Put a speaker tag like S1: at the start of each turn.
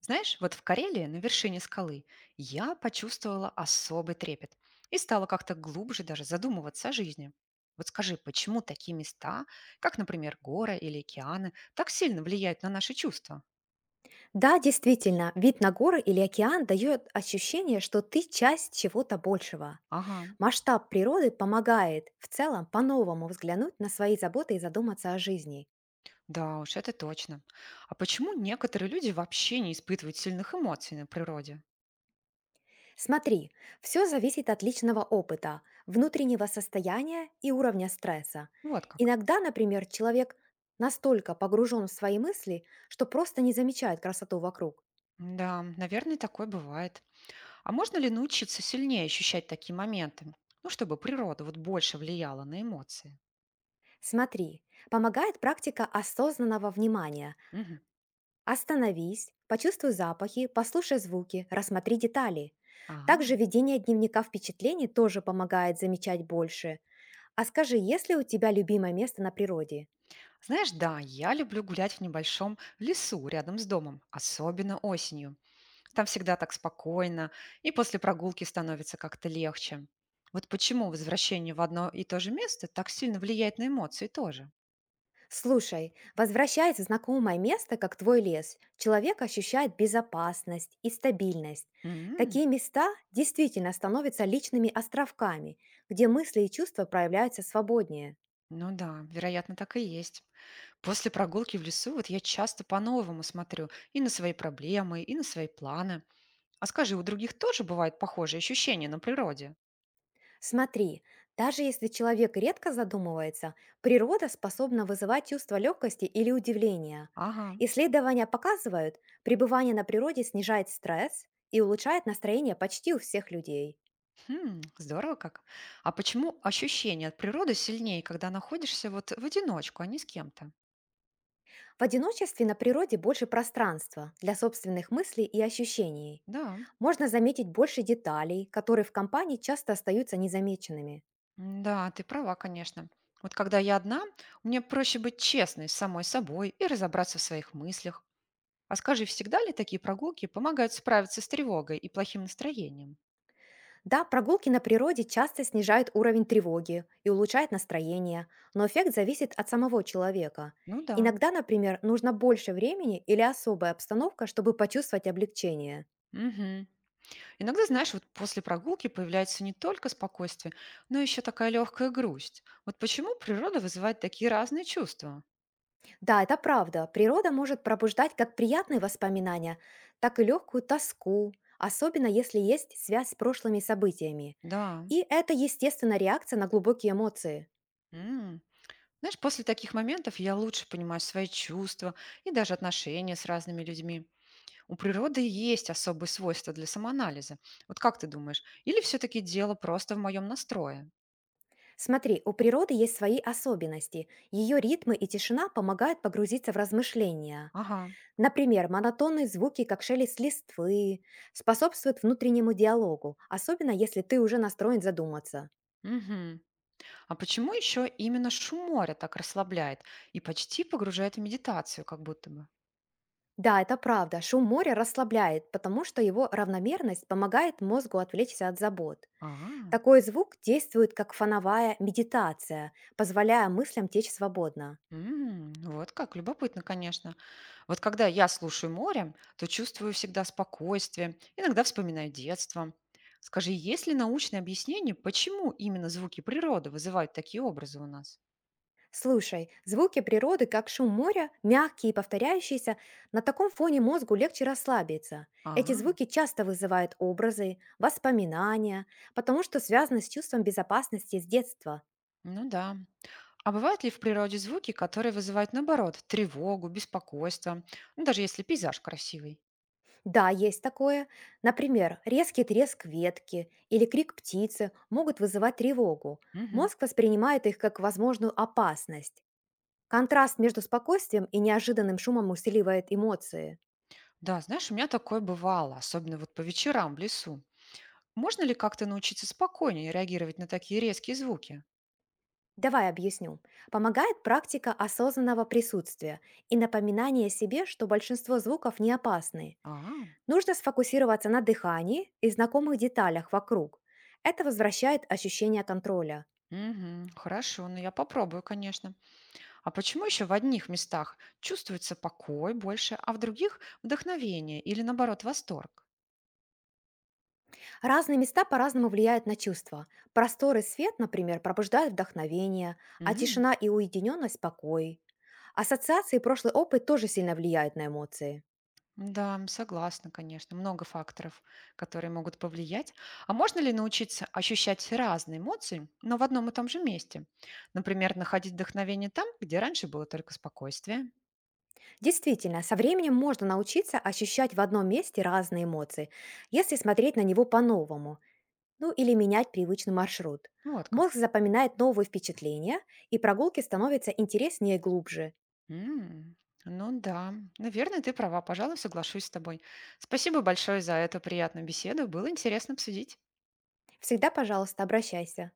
S1: Знаешь, вот в Карелии, на вершине скалы, я почувствовала особый трепет и стала как-то глубже даже задумываться о жизни. Вот скажи, почему такие места, как, например, горы или океаны, так сильно влияют на наши чувства?
S2: Да, действительно, вид на горы или океан дает ощущение, что ты часть чего-то большего.
S1: Ага,
S2: Масштаб природы помогает в целом по-новому взглянуть на свои заботы и задуматься о жизни.
S1: да уж, это точно. А почему некоторые люди вообще не испытывают сильных эмоций на природе?
S2: Смотри, все зависит от личного опыта, внутреннего состояния и уровня стресса.
S1: Вот как.
S2: Иногда, например, человек настолько погружен в свои мысли, что просто не замечает красоту вокруг.
S1: Да, наверное, такое бывает. А можно ли научиться сильнее ощущать такие моменты? Ну, чтобы природа вот больше влияла на эмоции.
S2: Смотри, помогает практика осознанного внимания.
S1: Мгм.
S2: Остановись, почувствуй запахи, послушай звуки, рассмотри детали.
S1: А,
S2: Также ведение дневника впечатлений тоже помогает замечать больше. А скажи, есть ли у тебя любимое место на природе?
S1: знаешь, да, я люблю гулять в небольшом лесу рядом с домом, особенно осенью. Там всегда так спокойно, и после прогулки становится как-то легче. Вот почему возвращение в одно и то же место так сильно влияет на эмоции тоже.
S2: Слушай, возвращаясь в знакомое место, как твой лес, человек ощущает безопасность и стабильность.
S1: М,
S2: Такие места действительно становятся личными островками, где мысли и чувства проявляются свободнее.
S1: ну да, вероятно, так и есть. После прогулки в лесу вот я часто по-новому смотрю и на свои проблемы, и на свои планы. А скажи, у других тоже бывают похожие ощущения на природе?
S2: Смотри, даже если человек редко задумывается, природа способна вызывать чувство легкости или удивления.
S1: Ага.
S2: Исследования показывают, пребывание на природе снижает стресс и улучшает настроение почти у всех людей.
S1: Хм, здорово как. А почему ощущение от природы сильнее, когда находишься вот в одиночку, а не с кем-то?
S2: В одиночестве на природе больше пространства для собственных мыслей и ощущений.
S1: Да,
S2: Можно заметить больше деталей, которые в компании часто остаются незамеченными.
S1: м, да, ты права, конечно. Вот когда я одна, мне проще быть честной с самой собой и разобраться в своих мыслях. А скажи, всегда ли такие прогулки помогают справиться с тревогой и плохим настроением?
S2: Да, прогулки на природе часто снижают уровень тревоги и улучшают настроение, но эффект зависит от самого человека.
S1: Ну да.
S2: Иногда, например, нужно больше времени или особая обстановка, чтобы почувствовать облегчение.
S1: Мгм. Иногда, знаешь, вот после прогулки появляется не только спокойствие, но еще такая легкая грусть. Вот почему природа вызывает такие разные чувства?
S2: Да, это правда, природа может пробуждать как приятные воспоминания, так и легкую тоску, особенно если есть связь с прошлыми событиями.
S1: Да.
S2: И это естественная реакция на глубокие эмоции.
S1: М. Знаешь, после таких моментов я лучше понимаю свои чувства и даже отношения с разными людьми. У природы есть особые свойства для самоанализа. Вот как ты думаешь? Или все-таки дело просто в моем настрое?
S2: Смотри, у природы есть свои особенности. Ее ритмы и тишина помогают погрузиться в размышления.
S1: Ага.
S2: Например, монотонные звуки, как шелест листвы, способствуют внутреннему диалогу, особенно если ты уже настроен задуматься.
S1: Мгм. А почему еще именно шум моря так расслабляет и почти погружает в медитацию, как будто бы?
S2: Да, это правда, шум моря расслабляет, потому что его равномерность помогает мозгу отвлечься от забот.
S1: А,
S2: Такой звук действует как фоновая медитация, позволяя мыслям течь свободно.
S1: м, вот как, любопытно, конечно. Вот когда я слушаю море, то чувствую всегда спокойствие, иногда вспоминаю детство. Скажи, есть ли научное объяснение, почему именно звуки природы вызывают такие образы у нас?
S2: Слушай, звуки природы, как шум моря, мягкие и повторяющиеся, на таком фоне мозгу легче расслабиться. Эти
S1: А,
S2: звуки часто вызывают образы, воспоминания, потому что связаны с чувством безопасности с детства.
S1: ну да. А бывают ли в природе звуки, которые вызывают, наоборот, тревогу, беспокойство, ну, даже если пейзаж красивый?
S2: Да, есть такое. Например, резкий треск ветки или крик птицы могут вызывать тревогу.
S1: Мгм.
S2: Мозг воспринимает их как возможную опасность. Контраст между спокойствием и неожиданным шумом усиливает эмоции.
S1: Да, знаешь, у меня такое бывало, особенно вот по вечерам в лесу. Можно ли как-то научиться спокойнее реагировать на такие резкие звуки?
S2: Давай объясню. Помогает практика осознанного присутствия и напоминание себе, что большинство звуков не опасны.
S1: А,
S2: Нужно сфокусироваться на дыхании и знакомых деталях вокруг. Это возвращает ощущение контроля.
S1: мгм. Хорошо, ну я попробую, конечно. А почему еще в одних местах чувствуется покой больше, а в других вдохновение или наоборот восторг?
S2: Разные места по-разному влияют на чувства. Простор и свет, например, пробуждают вдохновение, а
S1: М,
S2: тишина и уединенность – покой. Ассоциации и прошлый опыт тоже сильно влияют на эмоции.
S1: да, м, согласна, конечно. Много факторов, которые могут повлиять. А можно ли научиться ощущать разные эмоции, но в одном и том же месте? Например, находить вдохновение там, где раньше было только спокойствие.
S2: Действительно, со временем можно научиться ощущать в одном месте разные эмоции, если смотреть на него по-новому, ну или менять привычный маршрут.
S1: Вот
S2: Мозг
S1: как.
S2: запоминает новые впечатления, и прогулки становятся интереснее и глубже.
S1: М, ну да, наверное, ты права, пожалуй, соглашусь с тобой. Спасибо большое за эту приятную беседу, было интересно обсудить.
S2: Всегда, пожалуйста, обращайся.